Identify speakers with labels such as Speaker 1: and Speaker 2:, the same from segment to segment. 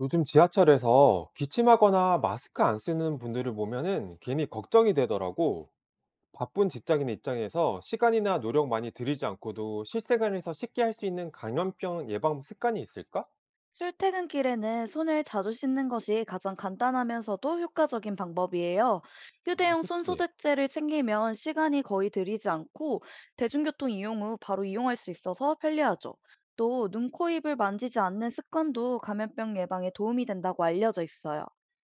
Speaker 1: 요즘 지하철에서 기침하거나 마스크 안 쓰는 분들을 보면은 괜히 걱정이 되더라고. 바쁜 직장인 입장에서 시간이나 노력 많이 들이지 않고도 실생활에서 쉽게 할 수 있는 감염병 예방 습관이 있을까?
Speaker 2: 출퇴근길에는 손을 자주 씻는 것이 가장 간단하면서도 효과적인 방법이에요.
Speaker 1: 아,
Speaker 2: 휴대용 손
Speaker 1: 그치.
Speaker 2: 소재제를 챙기면 시간이 거의 들이지 않고 대중교통 이용 후 바로 이용할 수 있어서 편리하죠. 또 눈, 코, 입을 만지지 않는 습관도 감염병 예방에 도움이 된다고 알려져 있어요.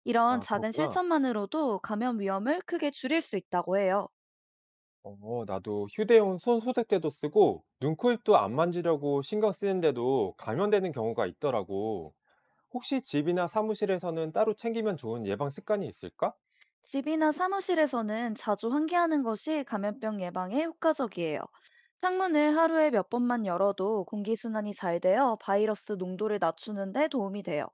Speaker 2: 이런
Speaker 1: 아,
Speaker 2: 작은
Speaker 1: 그렇구나.
Speaker 2: 실천만으로도 감염 위험을 크게 줄일 수 있다고 해요.
Speaker 1: 나도 휴대용 손 소독제도 쓰고 눈, 코, 입도 안 만지려고 신경 쓰는데도 감염되는 경우가 있더라고. 혹시 집이나 사무실에서는 따로 챙기면 좋은 예방 습관이 있을까?
Speaker 2: 집이나 사무실에서는 자주 환기하는 것이 감염병 예방에 효과적이에요. 창문을 하루에 몇 번만 열어도 공기순환이 잘 되어 바이러스 농도를 낮추는데 도움이 돼요.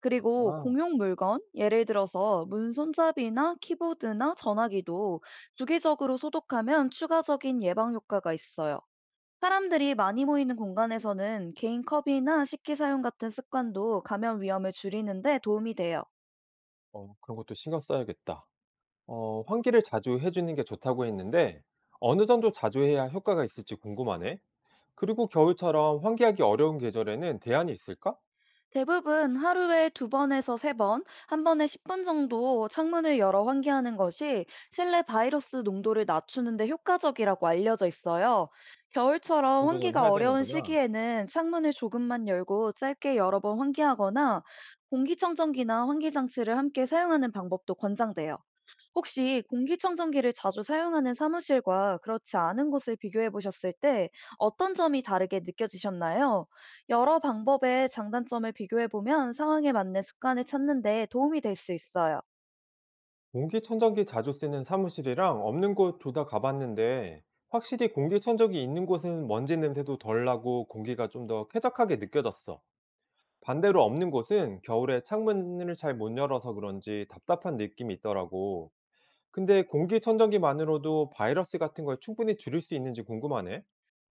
Speaker 2: 그리고
Speaker 1: 아,
Speaker 2: 공용 물건, 예를 들어서 문 손잡이나 키보드나 전화기도 주기적으로 소독하면 추가적인 예방 효과가 있어요. 사람들이 많이 모이는 공간에서는 개인 컵이나 식기 사용 같은 습관도 감염 위험을 줄이는데 도움이 돼요.
Speaker 1: 그런 것도 신경 써야겠다. 환기를 자주 해주는 게 좋다고 했는데 어느 정도 자주 해야 효과가 있을지 궁금하네. 그리고 겨울처럼 환기하기 어려운 계절에는 대안이 있을까?
Speaker 2: 대부분 하루에 두 번에서 세 번, 한 번에 10분 정도 창문을 열어 환기하는 것이 실내 바이러스 농도를 낮추는 데 효과적이라고 알려져 있어요.
Speaker 1: 이
Speaker 2: 겨울처럼
Speaker 1: 정도는
Speaker 2: 환기가
Speaker 1: 해야
Speaker 2: 어려운
Speaker 1: 되는구나.
Speaker 2: 시기에는 창문을 조금만 열고 짧게 여러 번 환기하거나 공기청정기나 환기 장치를 함께 사용하는 방법도 권장돼요. 혹시 공기청정기를 자주 사용하는 사무실과 그렇지 않은 곳을 비교해 보셨을 때 어떤 점이 다르게 느껴지셨나요? 여러 방법의 장단점을 비교해 보면 상황에 맞는 습관을 찾는 데 도움이 될 수 있어요.
Speaker 1: 공기청정기 자주 쓰는 사무실이랑 없는 곳 둘 다 가봤는데 확실히 공기청정기 있는 곳은 먼지 냄새도 덜 나고 공기가 좀 더 쾌적하게 느껴졌어. 반대로 없는 곳은 겨울에 창문을 잘 못 열어서 그런지 답답한 느낌이 있더라고. 근데 공기청정기만으로도 바이러스 같은 걸 충분히 줄일 수 있는지 궁금하네.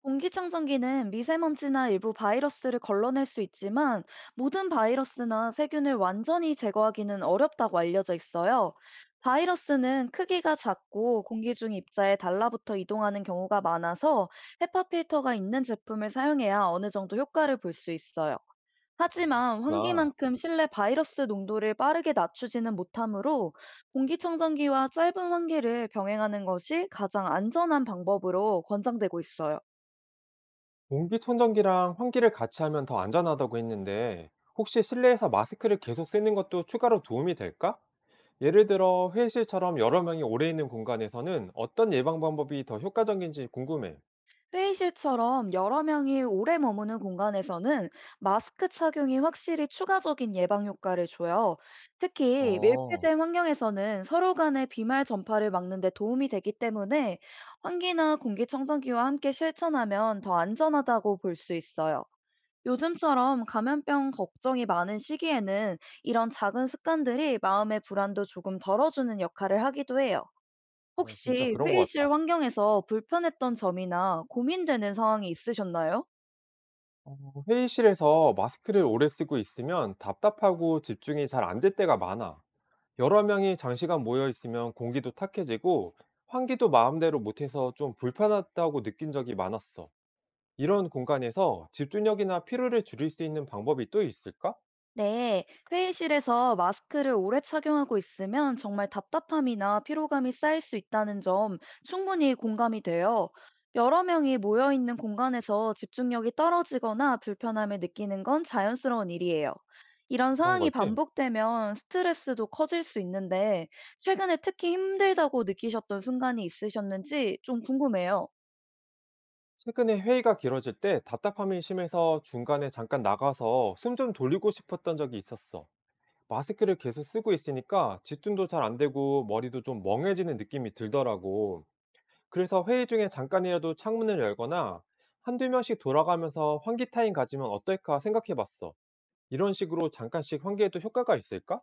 Speaker 2: 공기청정기는 미세먼지나 일부 바이러스를 걸러낼 수 있지만 모든 바이러스나 세균을 완전히 제거하기는 어렵다고 알려져 있어요. 바이러스는 크기가 작고 공기 중 입자에 달라붙어 이동하는 경우가 많아서 헤파 필터가 있는 제품을 사용해야 어느 정도 효과를 볼 수 있어요. 하지만
Speaker 1: 그렇구나.
Speaker 2: 환기만큼 실내 바이러스 농도를 빠르게 낮추지는 못하므로 공기청정기와 짧은 환기를 병행하는 것이 가장 안전한 방법으로 권장되고 있어요.
Speaker 1: 공기청정기랑 환기를 같이 하면 더 안전하다고 했는데, 혹시 실내에서 마스크를 계속 쓰는 것도 추가로 도움이 될까? 예를 들어, 회의실처럼 여러 명이 오래 있는 공간에서는 어떤 예방 방법이 더 효과적인지 궁금해.
Speaker 2: 회의실처럼 여러 명이 오래 머무는 공간에서는 마스크 착용이 확실히 추가적인 예방 효과를 줘요. 특히
Speaker 1: 어,
Speaker 2: 밀폐된 환경에서는 서로 간의 비말 전파를 막는 데 도움이 되기 때문에 환기나 공기청정기와 함께 실천하면 더 안전하다고 볼 수 있어요. 요즘처럼 감염병 걱정이 많은 시기에는 이런 작은 습관들이 마음의 불안도 조금 덜어주는 역할을 하기도 해요.
Speaker 1: 진짜
Speaker 2: 혹시
Speaker 1: 그런 것 같다.
Speaker 2: 회의실 환경에서 불편했던 점이나 고민되는 상황이 있으셨나요?
Speaker 1: 어, 회의실에서 마스크를 오래 쓰고 있으면 답답하고 집중이 잘 안 될 때가 많아. 여러 명이 장시간 모여 있으면 공기도 탁해지고 환기도 마음대로 못해서 좀 불편하다고 느낀 적이 많았어. 이런 공간에서 집중력이나 피로를 줄일 수 있는 방법이 또 있을까?
Speaker 2: 네, 회의실에서 마스크를 오래 착용하고 있으면 정말 답답함이나 피로감이 쌓일 수 있다는 점 충분히 공감이 돼요. 여러 명이 모여 있는 공간에서 집중력이 떨어지거나 불편함을 느끼는 건 자연스러운 일이에요. 이런
Speaker 1: 그런
Speaker 2: 상황이
Speaker 1: 거지.
Speaker 2: 반복되면 스트레스도 커질 수 있는데, 최근에 특히 힘들다고 느끼셨던 순간이 있으셨는지 좀 궁금해요.
Speaker 1: 최근에 회의가 길어질 때 답답함이 심해서 중간에 잠깐 나가서 숨 좀 돌리고 싶었던 적이 있었어. 마스크를 계속 쓰고 있으니까 집중도 잘 안 되고 머리도 좀 멍해지는 느낌이 들더라고. 그래서 회의 중에 잠깐이라도 창문을 열거나 한두 명씩 돌아가면서 환기 타임 가지면 어떨까 생각해 봤어. 이런 식으로 잠깐씩 환기해도 효과가 있을까?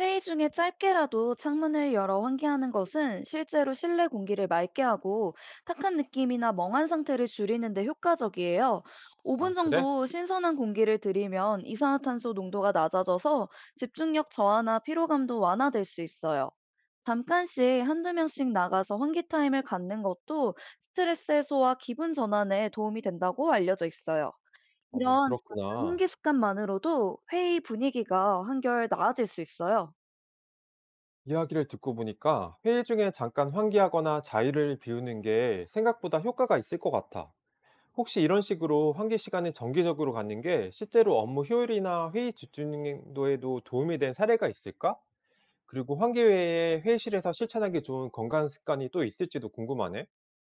Speaker 2: 회의 중에 짧게라도 창문을 열어 환기하는 것은 실제로 실내 공기를 맑게 하고 탁한 느낌이나 멍한 상태를 줄이는 데 효과적이에요. 5분
Speaker 1: 아, 그래?
Speaker 2: 정도 신선한 공기를 들이면 이산화탄소 농도가 낮아져서 집중력 저하나 피로감도 완화될 수 있어요. 잠깐씩 한두 명씩 나가서 환기 타임을 갖는 것도 스트레스 해소와 기분 전환에 도움이 된다고 알려져 있어요.
Speaker 1: 어,
Speaker 2: 이런 작은
Speaker 1: 그렇구나.
Speaker 2: 환기 습관만으로도 회의 분위기가 한결 나아질 수 있어요.
Speaker 1: 이야기를 듣고 보니까 회의 중에 잠깐 환기하거나 자유를 비우는 게 생각보다 효과가 있을 것 같아. 혹시 이런 식으로 환기 시간을 정기적으로 갖는 게 실제로 업무 효율이나 회의 집중도에도 도움이 된 사례가 있을까? 그리고 환기 외에 회의실에서 실천하기 좋은 건강 습관이 또 있을지도 궁금하네.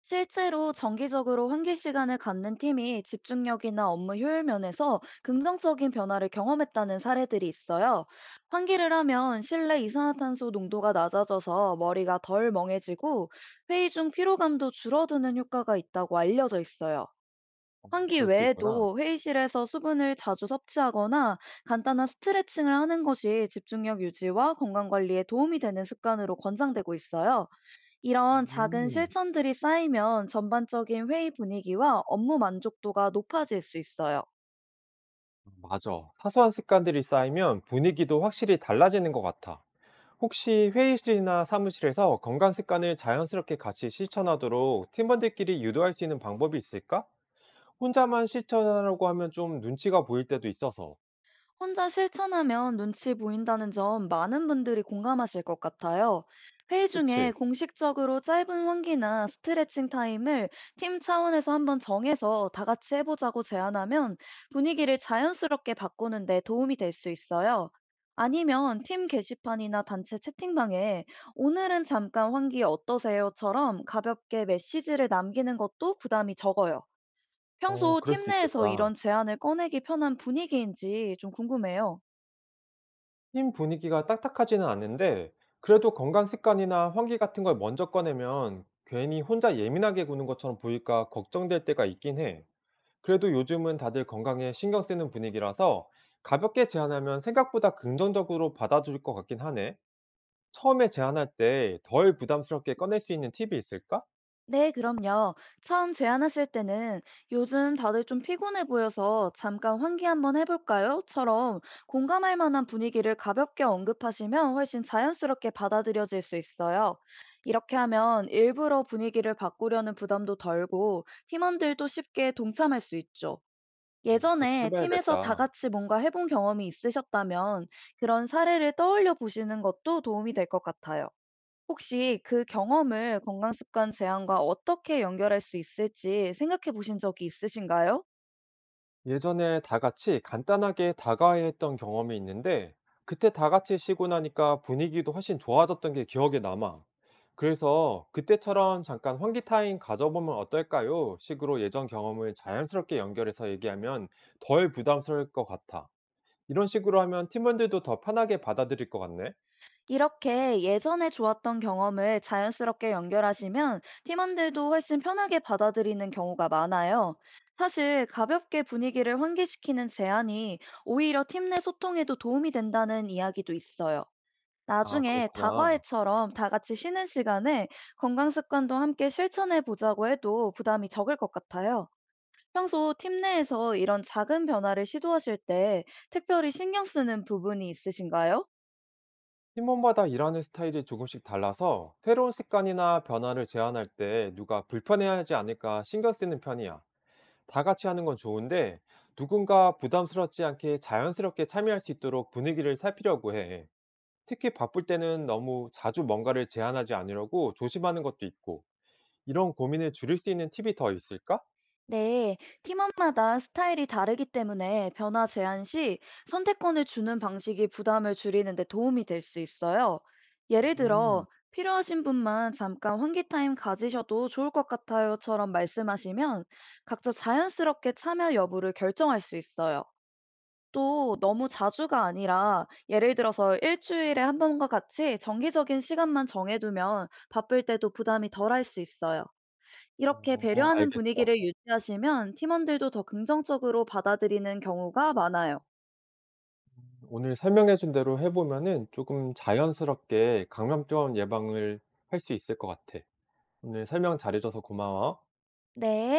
Speaker 2: 실제로 정기적으로 환기 시간을 갖는 팀이 집중력이나 업무 효율 면에서 긍정적인 변화를 경험했다는 사례들이 있어요. 환기를 하면 실내 이산화탄소 농도가 낮아져서 머리가 덜 멍해지고 회의 중 피로감도 줄어드는 효과가 있다고 알려져 있어요. 환기
Speaker 1: 그럴 수 있구나.
Speaker 2: 외에도 회의실에서 수분을 자주 섭취하거나 간단한 스트레칭을 하는 것이 집중력 유지와 건강 관리에 도움이 되는 습관으로 권장되고 있어요. 이런 작은
Speaker 1: 음.
Speaker 2: 실천들이 쌓이면 전반적인 회의 분위기와 업무 만족도가 높아질 수 있어요.
Speaker 1: 맞아. 사소한 습관들이 쌓이면 분위기도 확실히 달라지는 것 같아. 혹시 회의실이나 사무실에서 건강 습관을 자연스럽게 같이 실천하도록 팀원들끼리 유도할 수 있는 방법이 있을까? 혼자만 실천하려고 하면 좀 눈치가 보일 때도 있어서.
Speaker 2: 혼자 실천하면 눈치 보인다는 점 많은 분들이 공감하실 것 같아요. 회의 중에
Speaker 1: 그치?
Speaker 2: 공식적으로 짧은 환기나 스트레칭 타임을 팀 차원에서 한번 정해서 다 같이 해보자고 제안하면 분위기를 자연스럽게 바꾸는 데 도움이 될 수 있어요. 아니면 팀 게시판이나 단체 채팅방에 "오늘은 잠깐 환기 어떠세요?"처럼 가볍게 메시지를 남기는 것도 부담이 적어요. 평소
Speaker 1: 그럴
Speaker 2: 팀
Speaker 1: 수
Speaker 2: 내에서
Speaker 1: 있겠다.
Speaker 2: 이런 제안을 꺼내기 편한 분위기인지 좀 궁금해요.
Speaker 1: 팀 분위기가 딱딱하지는 않는데, 그래도 건강 습관이나 환기 같은 걸 먼저 꺼내면 괜히 혼자 예민하게 구는 것처럼 보일까 걱정될 때가 있긴 해. 그래도 요즘은 다들 건강에 신경 쓰는 분위기라서 가볍게 제안하면 생각보다 긍정적으로 받아줄 것 같긴 하네. 처음에 제안할 때 덜 부담스럽게 꺼낼 수 있는 팁이 있을까?
Speaker 2: 네, 그럼요. 처음 제안하실 때는 "요즘 다들 좀 피곤해 보여서 잠깐 환기 한번 해볼까요?" 처럼 공감할 만한 분위기를 가볍게 언급하시면 훨씬 자연스럽게 받아들여질 수 있어요. 이렇게 하면 일부러 분위기를 바꾸려는 부담도 덜고 팀원들도 쉽게 동참할 수 있죠.
Speaker 1: 그렇게
Speaker 2: 예전에 팀에서 다
Speaker 1: 해봐야겠다.
Speaker 2: 같이 뭔가 해본 경험이 있으셨다면 그런 사례를 떠올려 보시는 것도 도움이 될 것 같아요. 혹시 그 경험을 건강 습관 제한과 어떻게 연결할 수 있을지 생각해 보신 적이 있으신가요?
Speaker 1: 예전에 다 같이 간단하게 다가야 했던 경험이 있는데 그때 다 같이 쉬고 나니까 분위기도 훨씬 좋아졌던 게 기억에 남아. 그래서 그때처럼 잠깐 환기 타임 가져보면 어떨까요? 식으로 예전 경험을 자연스럽게 연결해서 얘기하면 덜 부담스러울 것 같아. 이런 식으로 하면 팀원들도 더 편하게 받아들일 것 같네.
Speaker 2: 이렇게 예전에 좋았던 경험을 자연스럽게 연결하시면 팀원들도 훨씬 편하게 받아들이는 경우가 많아요. 사실 가볍게 분위기를 환기시키는 제안이 오히려 팀 내 소통에도 도움이 된다는 이야기도 있어요.
Speaker 1: 아,
Speaker 2: 나중에
Speaker 1: 그렇구나.
Speaker 2: 다과회처럼 다 같이 쉬는 시간에 건강 습관도 함께 실천해 보자고 해도 부담이 적을 것 같아요. 평소 팀 내에서 이런 작은 변화를 시도하실 때 특별히 신경 쓰는 부분이 있으신가요?
Speaker 1: 팀원마다 일하는 스타일이 조금씩 달라서 새로운 습관이나 변화를 제안할 때 누가 불편해하지 않을까 신경 쓰는 편이야. 다 같이 하는 건 좋은데 누군가 부담스럽지 않게 자연스럽게 참여할 수 있도록 분위기를 살피려고 해. 특히 바쁠 때는 너무 자주 뭔가를 제안하지 않으려고 조심하는 것도 있고 이런 고민을 줄일 수 있는 팁이 더 있을까?
Speaker 2: 네, 팀원마다 스타일이 다르기 때문에 변화 제한 시 선택권을 주는 방식이 부담을 줄이는 데 도움이 될 수 있어요. 예를
Speaker 1: 음,
Speaker 2: 들어, "필요하신 분만 잠깐 환기 타임 가지셔도 좋을 것 같아요처럼 말씀하시면 각자 자연스럽게 참여 여부를 결정할 수 있어요. 또 너무 자주가 아니라 예를 들어서 일 주일에 한 번과 같이 정기적인 시간만 정해두면 바쁠 때도 부담이 덜할 수 있어요. 이렇게 배려하는
Speaker 1: 알겠어.
Speaker 2: 분위기를 유지하시면 팀원들도 더 긍정적으로 받아들이는 경우가 많아요.
Speaker 1: 오늘 설명해준 대로 해보면은 조금 자연스럽게 감염병 예방을 할 수 있을 것 같아. 오늘 설명 잘해줘서 고마워.
Speaker 2: 네.